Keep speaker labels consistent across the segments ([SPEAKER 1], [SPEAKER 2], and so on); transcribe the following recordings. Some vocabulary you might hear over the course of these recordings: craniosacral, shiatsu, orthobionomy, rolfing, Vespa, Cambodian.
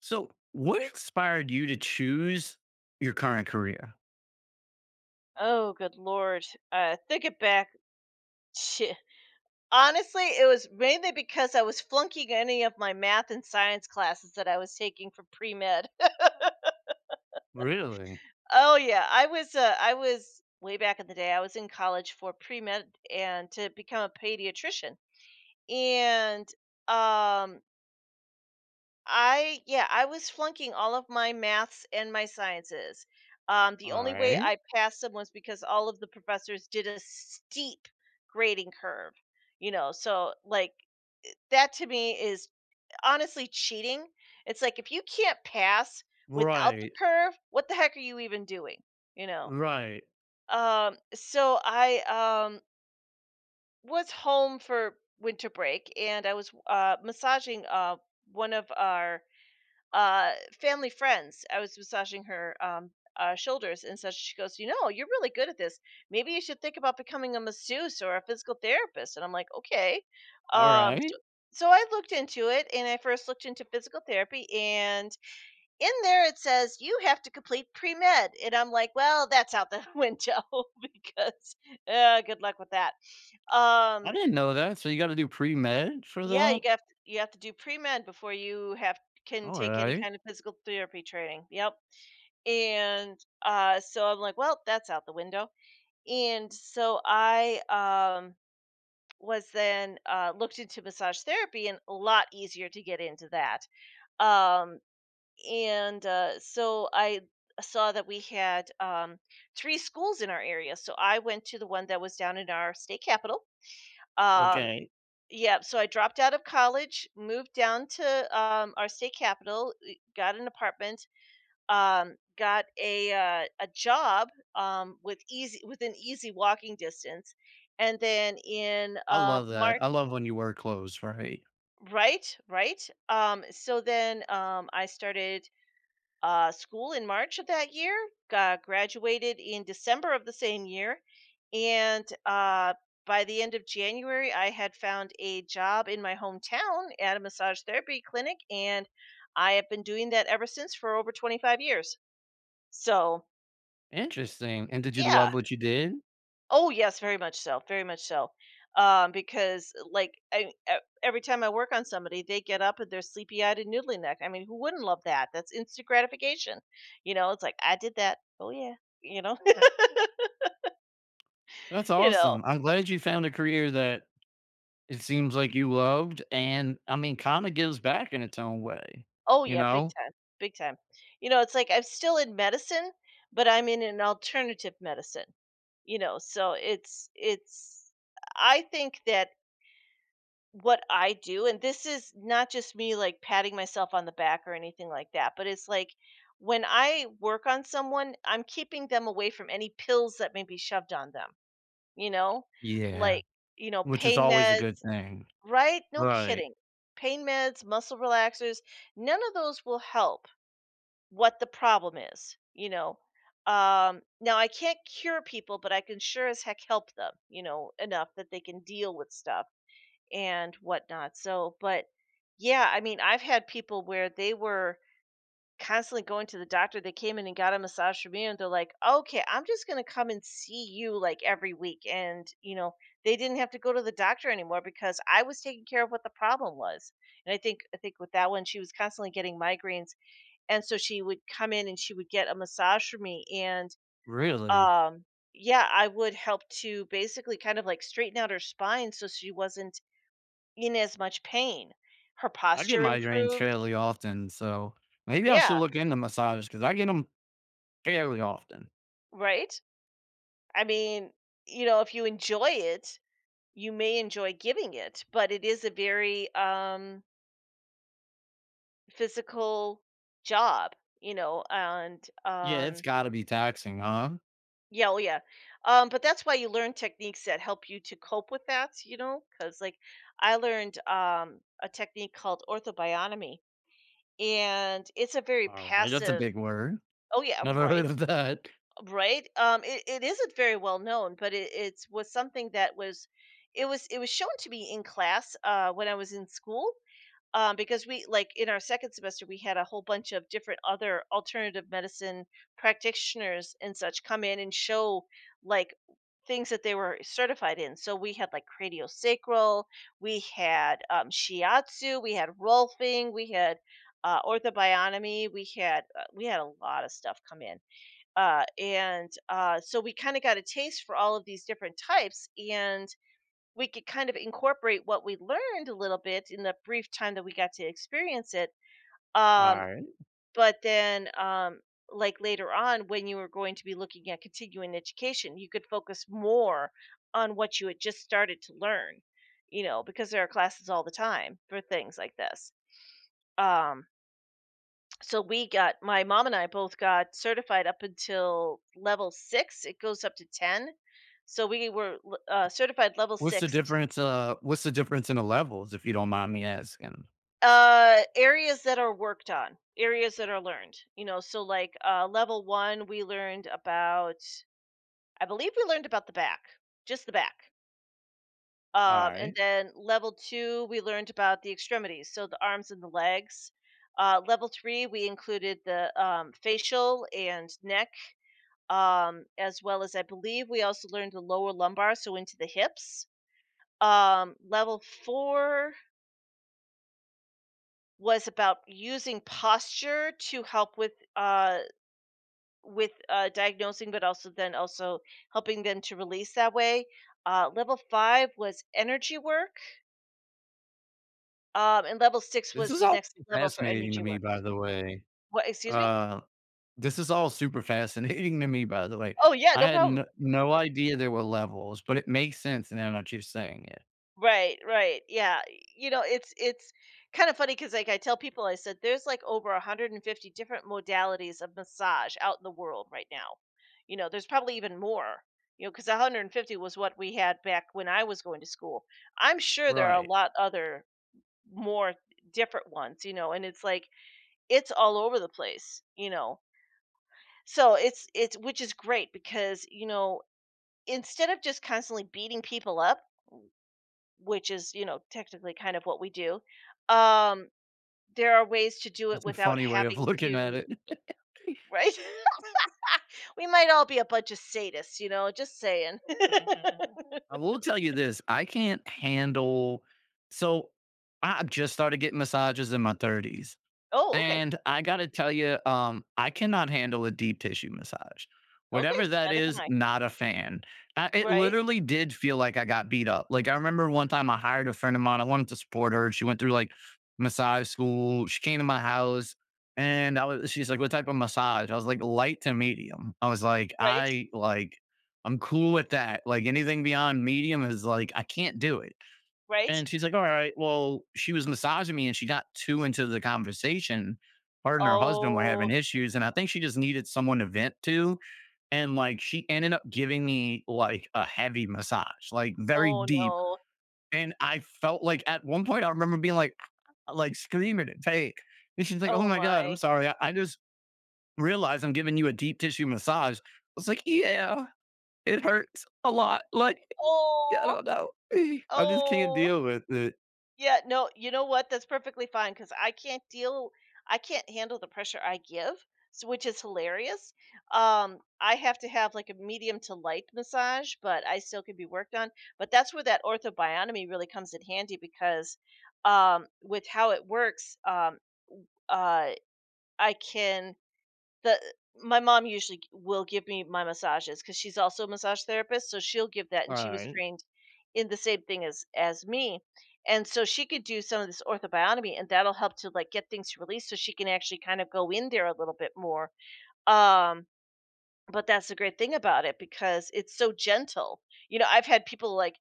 [SPEAKER 1] So, what inspired you to choose your current career?
[SPEAKER 2] Oh, good lord. Think it back, shi honestly, it was mainly because I was flunking any of my math and science classes that I was taking for pre med.
[SPEAKER 1] Really?
[SPEAKER 2] Oh yeah, I was. I was way back in the day. I was in college for pre med and to become a pediatrician, and um I yeah, I was flunking all of my maths and my sciences. The
[SPEAKER 1] All
[SPEAKER 2] only way
[SPEAKER 1] right.
[SPEAKER 2] I passed them was because all of the professors did a steep grading curve. You know, so like that to me is honestly cheating. It's like if you can't pass without the
[SPEAKER 1] Right.
[SPEAKER 2] curve, what the heck are you even doing? You know.
[SPEAKER 1] Right.
[SPEAKER 2] So I um was home for winter break and I was massaging one of our uh family friends. I was massaging her shoulders and such. She goes, you know, you're really good at this. Maybe you should think about becoming a masseuse or a physical therapist, and I'm like, okay.
[SPEAKER 1] All
[SPEAKER 2] um
[SPEAKER 1] right.
[SPEAKER 2] so, so I looked into it, and I first looked into physical therapy, and in there it says you have to complete pre-med, and I'm like, well, that's out the window because good luck with that.
[SPEAKER 1] I
[SPEAKER 2] um
[SPEAKER 1] didn't know that. So you got to do pre med for
[SPEAKER 2] yeah,
[SPEAKER 1] that?
[SPEAKER 2] you have to do pre-med before you have can
[SPEAKER 1] All
[SPEAKER 2] take any
[SPEAKER 1] right.
[SPEAKER 2] kind of physical therapy training. Yep. And so I'm like, well, that's out the window. And so I was then looked into massage therapy, and a lot easier to get into that. Um, and so I saw that we had three schools in our area. So I went to the one that was down in our state capital. Um,
[SPEAKER 1] Okay.
[SPEAKER 2] yeah, so I dropped out of college, moved down to our state capital, got an apartment, got a job with easy within easy walking distance, and then in
[SPEAKER 1] I love that.
[SPEAKER 2] March,
[SPEAKER 1] I love when you wear clothes, right?
[SPEAKER 2] right, right. So then I started school in March of that year. Got graduated in December of the same year, and by the end of January, I had found a job in my hometown at a massage therapy clinic, and I have been doing that ever since for over 25 years. So,
[SPEAKER 1] Interesting. And did you
[SPEAKER 2] yeah.
[SPEAKER 1] love what you did?
[SPEAKER 2] Oh, yes, very much so, very much so. Because like I, every time I work on somebody, they get up and they're sleepy eyed and noodly neck. I mean, who wouldn't love that? That's instant gratification. You know, it's like I did that. Oh yeah, you know,
[SPEAKER 1] That's
[SPEAKER 2] you know.
[SPEAKER 1] awesome. I'm glad you found a career that it seems like you loved and I mean, kind of gives back in its own way,
[SPEAKER 2] Oh
[SPEAKER 1] you
[SPEAKER 2] yeah, big
[SPEAKER 1] know?
[SPEAKER 2] time, big time. You know, it's like I'm still in medicine, but I'm in an alternative medicine. You know, so it's it's. I think that what I do, and this is not just me, like, patting myself on the back or anything like that, but it's like when I work on someone, I'm keeping them away from any pills that may be shoved on them, you know?
[SPEAKER 1] Yeah.
[SPEAKER 2] Like, you know,
[SPEAKER 1] Which is
[SPEAKER 2] pain
[SPEAKER 1] always a good
[SPEAKER 2] meds,
[SPEAKER 1] thing.
[SPEAKER 2] right? No
[SPEAKER 1] Right.
[SPEAKER 2] kidding. Pain meds, muscle relaxers, none of those will help what the problem is, you know? Now I can't cure people, but I can sure as heck help them, you know, enough that they can deal with stuff and whatnot. So, but yeah, I mean, I've had people where they were constantly going to the doctor. They came in and got a massage from me, and they're like, okay, I'm just going to come and see you like every week. And, you know, they didn't have to go to the doctor anymore because I was taking care of what the problem was. And I think with that one, she was constantly getting migraines. And so she would come in and she would get a massage from me. And,
[SPEAKER 1] Really?
[SPEAKER 2] um, yeah, I would help to basically kind of like straighten out her spine so she wasn't in as much pain. Her
[SPEAKER 1] I get
[SPEAKER 2] posture
[SPEAKER 1] migraines
[SPEAKER 2] improved.
[SPEAKER 1] fairly often, so maybe I
[SPEAKER 2] Yeah,
[SPEAKER 1] should look into massages because I get them fairly often.
[SPEAKER 2] right? I mean, you know, if you enjoy it, you may enjoy giving it, but it is a very physical job, you know, and
[SPEAKER 1] Yeah, it's gotta be taxing, huh?
[SPEAKER 2] yeah, oh yeah. Um, but that's why you learn techniques that help you to cope with that, you know, cuz like I learned a technique called orthobionomy, and it's a very
[SPEAKER 1] Alright, that's a
[SPEAKER 2] passive.
[SPEAKER 1] big word.
[SPEAKER 2] Oh yeah,
[SPEAKER 1] Never heard
[SPEAKER 2] right.
[SPEAKER 1] of that.
[SPEAKER 2] Right? It isn't very well known, but it it's was something that was it was shown to me in class when I was in school. Because we like in our second semester we had a whole bunch of different other alternative medicine practitioners and such come in and show like things that they were certified in. So we had like craniosacral, we had shiatsu, we had rolfing, we had orthobionomy, we had a lot of stuff come in and so we kind of got a taste for all of these different types, and we could kind of incorporate what we learned a little bit in the brief time that we got to experience it. um,
[SPEAKER 1] Alright.
[SPEAKER 2] but then um, like later on when you were going to be looking at continuing education, you could focus more on what you had just started to learn, you know, because there are classes all the time for things like this. Um, so we got, my mom and I both got certified up until level 6. It goes up to 10. So we were certified level 6.
[SPEAKER 1] What's the difference in the levels, if you don't mind me asking?
[SPEAKER 2] Uh, areas that are worked on, areas that are learned. You know, so like level 1 we learned about, I believe we learned about the back, just the back. Um, and
[SPEAKER 1] Alright.
[SPEAKER 2] then level 2 we learned about the extremities, so the arms and the legs. Level three, we included the facial and neck, as well as I believe we also learned the lower lumbar, so into the hips. Level four was about using posture to help with diagnosing, but also then also helping them to release that way. Level five was energy work, and level six
[SPEAKER 1] This
[SPEAKER 2] was
[SPEAKER 1] is
[SPEAKER 2] the
[SPEAKER 1] all
[SPEAKER 2] next level for
[SPEAKER 1] fascinating to
[SPEAKER 2] energy
[SPEAKER 1] me,
[SPEAKER 2] work.
[SPEAKER 1] by the way.
[SPEAKER 2] What? Excuse me?
[SPEAKER 1] Uh, this is all super fascinating to me, by the way.
[SPEAKER 2] Oh yeah,
[SPEAKER 1] I
[SPEAKER 2] no
[SPEAKER 1] had
[SPEAKER 2] problem.
[SPEAKER 1] no idea there were levels, but it makes sense now that you're saying it.
[SPEAKER 2] Right, right. Yeah. It's kind of funny because like I tell people, I said there's like over 150 different modalities of massage out in the world right now. You know, there's probably even more. You know, because 150 was what we had back when I was going to school. I'm sure there are a
[SPEAKER 1] Right.
[SPEAKER 2] lot other more different ones. You know, and it's like it's all over the place. You know, so it's which is great because, you know, instead of just constantly beating people up, which is, you know, technically kind of what we do. Um, there are ways to do it
[SPEAKER 1] That's a
[SPEAKER 2] without
[SPEAKER 1] funny way of
[SPEAKER 2] having
[SPEAKER 1] looking at
[SPEAKER 2] to,
[SPEAKER 1] it.
[SPEAKER 2] right? We might all be a bunch of sadists, you know, just saying.
[SPEAKER 1] I will tell you this, I can't handle so I just started getting massages in my 30s.
[SPEAKER 2] Oh, okay.
[SPEAKER 1] And I gotta tell you, I cannot handle a deep tissue massage.
[SPEAKER 2] Okay,
[SPEAKER 1] Whatever that
[SPEAKER 2] neither can
[SPEAKER 1] is,
[SPEAKER 2] I.
[SPEAKER 1] not a fan. I, it
[SPEAKER 2] Right,
[SPEAKER 1] literally did feel like I got beat up. Like I remember one time I hired a friend of mine. I wanted to support her. She went through like massage school. She came to my house, and I was. She's like, "What type of massage?" I was like, "Light to medium." I was like,
[SPEAKER 2] right,
[SPEAKER 1] "I like, I'm cool with that. Like anything beyond medium is like I can't do it."
[SPEAKER 2] right.
[SPEAKER 1] And she's like, all right, well, she was massaging me and she got too into the conversation. Her and her husband were having
[SPEAKER 2] Oh,
[SPEAKER 1] issues. And I think she just needed someone to vent to. And like she ended up giving me like a heavy massage, like very
[SPEAKER 2] oh
[SPEAKER 1] deep.
[SPEAKER 2] no.
[SPEAKER 1] And I felt like at one point I remember being like, "Ah," like screaming at pain. And she's like, oh
[SPEAKER 2] Oh
[SPEAKER 1] my God, I'm
[SPEAKER 2] my.
[SPEAKER 1] sorry. I just realized I'm giving you a deep tissue massage. I was like, yeah, it hurts a lot. Like, I
[SPEAKER 2] Oh,
[SPEAKER 1] don't know. I just can't
[SPEAKER 2] oh.
[SPEAKER 1] deal with it.
[SPEAKER 2] Yeah, no, you know what? That's perfectly fine because I can't handle the pressure I give, so which is hilarious. I have to have, like, a medium to light massage, but I still can be worked on. But that's where that orthobiotomy really comes in handy because, with how it works, uh, I can the my mom usually will give me my massages because she's also a massage therapist, so she'll give that,
[SPEAKER 1] All
[SPEAKER 2] and she was
[SPEAKER 1] right.
[SPEAKER 2] trained in the same thing as me, and so she could do some of this orthobiotomy, and that'll help to, like, get things released so she can actually kind of go in there a little bit more, um, but that's the great thing about it because it's so gentle. You know, I've had people like,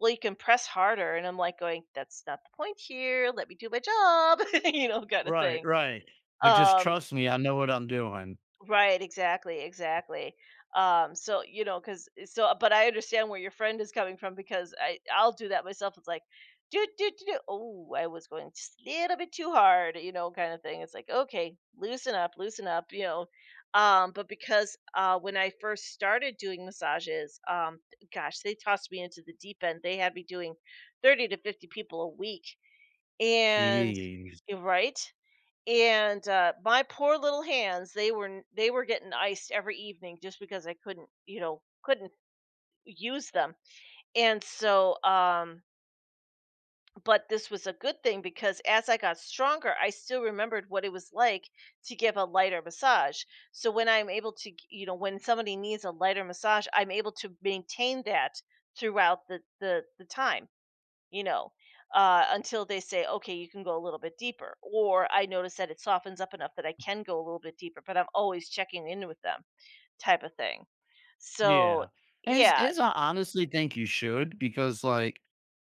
[SPEAKER 2] "Well, you can press harder," and I'm, like, going, "That's not the point here. Let me do my job," you know, kinda
[SPEAKER 1] Right,
[SPEAKER 2] thing,
[SPEAKER 1] right. Like, "Just
[SPEAKER 2] um
[SPEAKER 1] trust me, I know what I'm doing."
[SPEAKER 2] right, exactly, exactly. Because but I understand where your friend is coming from because I'll do that myself. It's like, do do do. Do. Oh, I was going just a little bit too hard, you know, kind of thing. It's like, okay, loosen up, you know. But because when I first started doing massages, gosh, they tossed me into the deep end. They had me doing 30 to 50 people a week, and
[SPEAKER 1] Jeez.
[SPEAKER 2] you're right. And, my poor little hands, they were n they were getting iced every evening just because I couldn't, you know, couldn't use them. And so, but this was a good thing because as I got stronger, I still remembered what it was like to give a lighter massage. So when I'm able to when somebody needs a lighter massage, I'm able to maintain that throughout the time, you know, until they say, okay, you can go a little bit deeper. Or I notice that it softens up enough that I can go a little bit deeper, but I'm always checking in with them, type of thing. So,
[SPEAKER 1] Yeah. As
[SPEAKER 2] yeah,
[SPEAKER 1] as I honestly think you should because, like,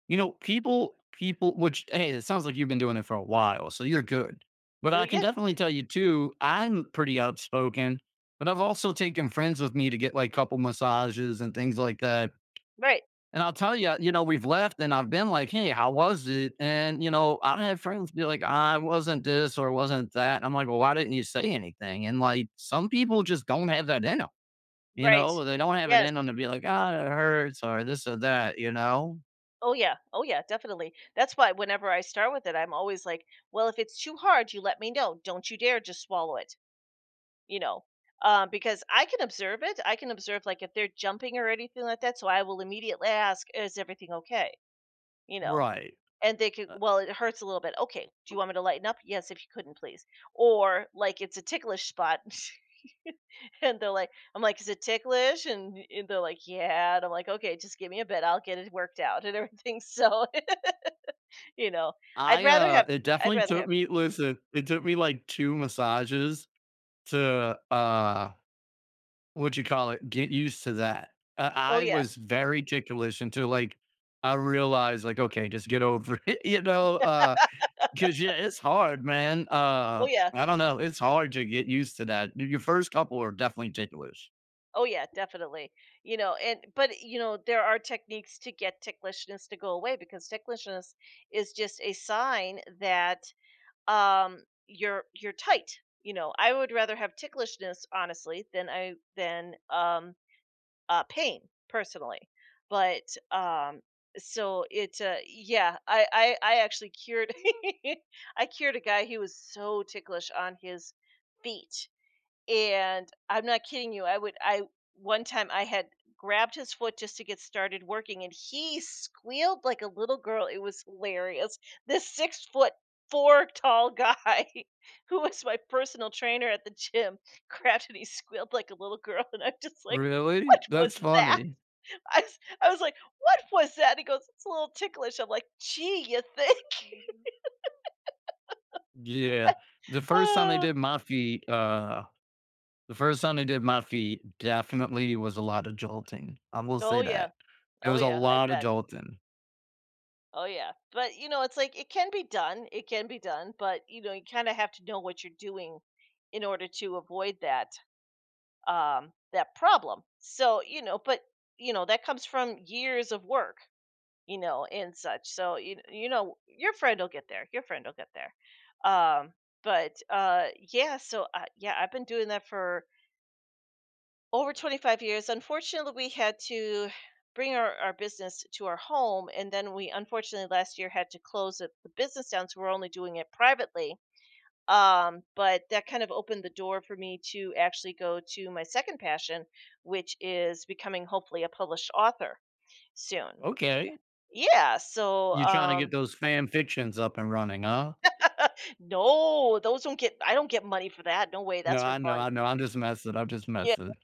[SPEAKER 1] you know, people which hey, it sounds like you've been doing it for a while, so you're good. But
[SPEAKER 2] y-
[SPEAKER 1] I can
[SPEAKER 2] yeah,
[SPEAKER 1] definitely tell you too, I'm pretty outspoken, but I've also taken friends with me to get, like, couple massages and things like that.
[SPEAKER 2] right,
[SPEAKER 1] And I'll tell you, you know, we've left and I've been like, hey, how was it? And, you know, I've had friends be like, I wasn't this or wasn't that. And I'm like, well, why didn't you say anything? And like, some people just don't have that in them. You
[SPEAKER 2] right.
[SPEAKER 1] know, they don't have it
[SPEAKER 2] Yes.
[SPEAKER 1] in them to be like, ah, it hurts or this or that, you know?
[SPEAKER 2] Oh, yeah. Oh, yeah, definitely. That's why whenever I start with it, I'm always like, well, if it's too hard, you let me know. Don't you dare just swallow it, you know. Because I can observe it. I can observe, like, if they're jumping or anything like that. So I will immediately ask, is everything okay? You know,
[SPEAKER 1] Right.
[SPEAKER 2] and they could,
[SPEAKER 1] Uh,
[SPEAKER 2] well, it hurts a little bit, okay, do you want me to lighten up, yes, if you couldn't, please. Or like it's a ticklish spot and they're like, I'm like, is it ticklish? And they're like, yeah, and I'm like, okay, just give me a bit, I'll get it worked out and everything. So, you know i'd
[SPEAKER 1] I,
[SPEAKER 2] rather have
[SPEAKER 1] it
[SPEAKER 2] i'd
[SPEAKER 1] definitely
[SPEAKER 2] rather
[SPEAKER 1] took
[SPEAKER 2] have
[SPEAKER 1] me, listen, it took me like two massages to, what you call it? Get used to that.
[SPEAKER 2] Oh
[SPEAKER 1] I
[SPEAKER 2] yeah,
[SPEAKER 1] was very ticklish until, like, I realized, like, "Okay, just get over it," you know, because yeah, it's hard, man.
[SPEAKER 2] oh yeah,
[SPEAKER 1] I don't know, it's hard to get used to that. Y your first couple are definitely ticklish.
[SPEAKER 2] oh yeah, definitely. You know, and but you know there are techniques to get ticklishness to go away, because ticklishness is just a sign that, you're tight, you know. I would rather have ticklishness, honestly, than pain, personally. But, um so it yeah, I actually cured I cured a guy, he was so ticklish on his feet. And I'm not kidding you. I would I One time I had grabbed his foot just to get started working and he squealed like a little girl. It was hilarious. This 6 foot four tall guy who was my personal trainer at the gym grabbed, and he squealed like a little girl, and I'm just like, what
[SPEAKER 1] Really?
[SPEAKER 2] was
[SPEAKER 1] That's
[SPEAKER 2] that?
[SPEAKER 1] funny.
[SPEAKER 2] I was like, what was that? He goes, it's a little ticklish. I'm like, gee, you think?
[SPEAKER 1] Yeah. The first time they
[SPEAKER 2] Oh,
[SPEAKER 1] did my feet, the first time they did my feet definitely was a lot of jolting. I will say
[SPEAKER 2] oh yeah,
[SPEAKER 1] that. It
[SPEAKER 2] oh
[SPEAKER 1] was a
[SPEAKER 2] yeah, I
[SPEAKER 1] lot of
[SPEAKER 2] bet.
[SPEAKER 1] jolting.
[SPEAKER 2] Oh yeah. But you know, it's like, it can be done. It can be done, but you know, you kind of have to know what you're doing in order to avoid that problem. So, you know, but you know, that comes from years of work, you know, and such. So, you know, your friend will get there. Your friend will get there. Um but Yeah, yeah, I've been doing that for over 25 years. Unfortunately, we had to bring our business to our home, and then we unfortunately last year had to close it, the business down, so we're only doing it privately. But that kind of opened the door for me to actually go to my second passion, which is becoming, hopefully, a published author soon.
[SPEAKER 1] Okay.
[SPEAKER 2] Yeah, so,
[SPEAKER 1] You trying to get those fan fictions up and running, huh?
[SPEAKER 2] no, those don't get, I don't get money for that, no way,
[SPEAKER 1] No,
[SPEAKER 2] that's for fun.
[SPEAKER 1] I know, I'm just messing, I'm just messing.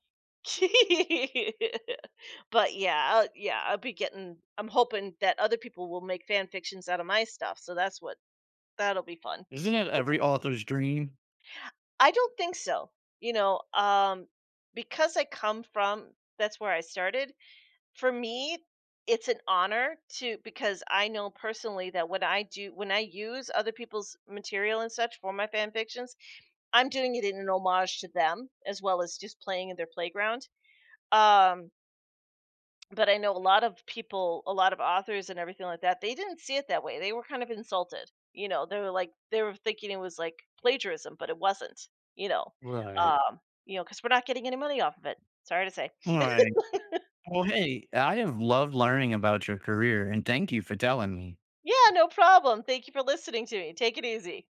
[SPEAKER 2] But yeah, I'll be getting I'm hoping that other people will make fan fictions out of my stuff, so that's what, that'll be fun.
[SPEAKER 1] Isn't it every author's dream?
[SPEAKER 2] I don't think so. You know, because I come from, that's where I started. For me, it's an honor to, because I know personally that when I use other people's material and such for my fan fictions, I'm doing it in an homage to them, as well as just playing in their playground. Um But I know a lot of people, a lot of authors and everything like that, they didn't see it that way. They were kind of insulted. You know, they were thinking it was like plagiarism, but it wasn't, you know.
[SPEAKER 1] Right.
[SPEAKER 2] Um, you know, because we're not getting any money off of it. Sorry to say.
[SPEAKER 1] Alright. Well, hey, I have loved learning about your career, and thank you for telling me.
[SPEAKER 2] Yeah, no problem. Thank you for listening to me. Take it easy.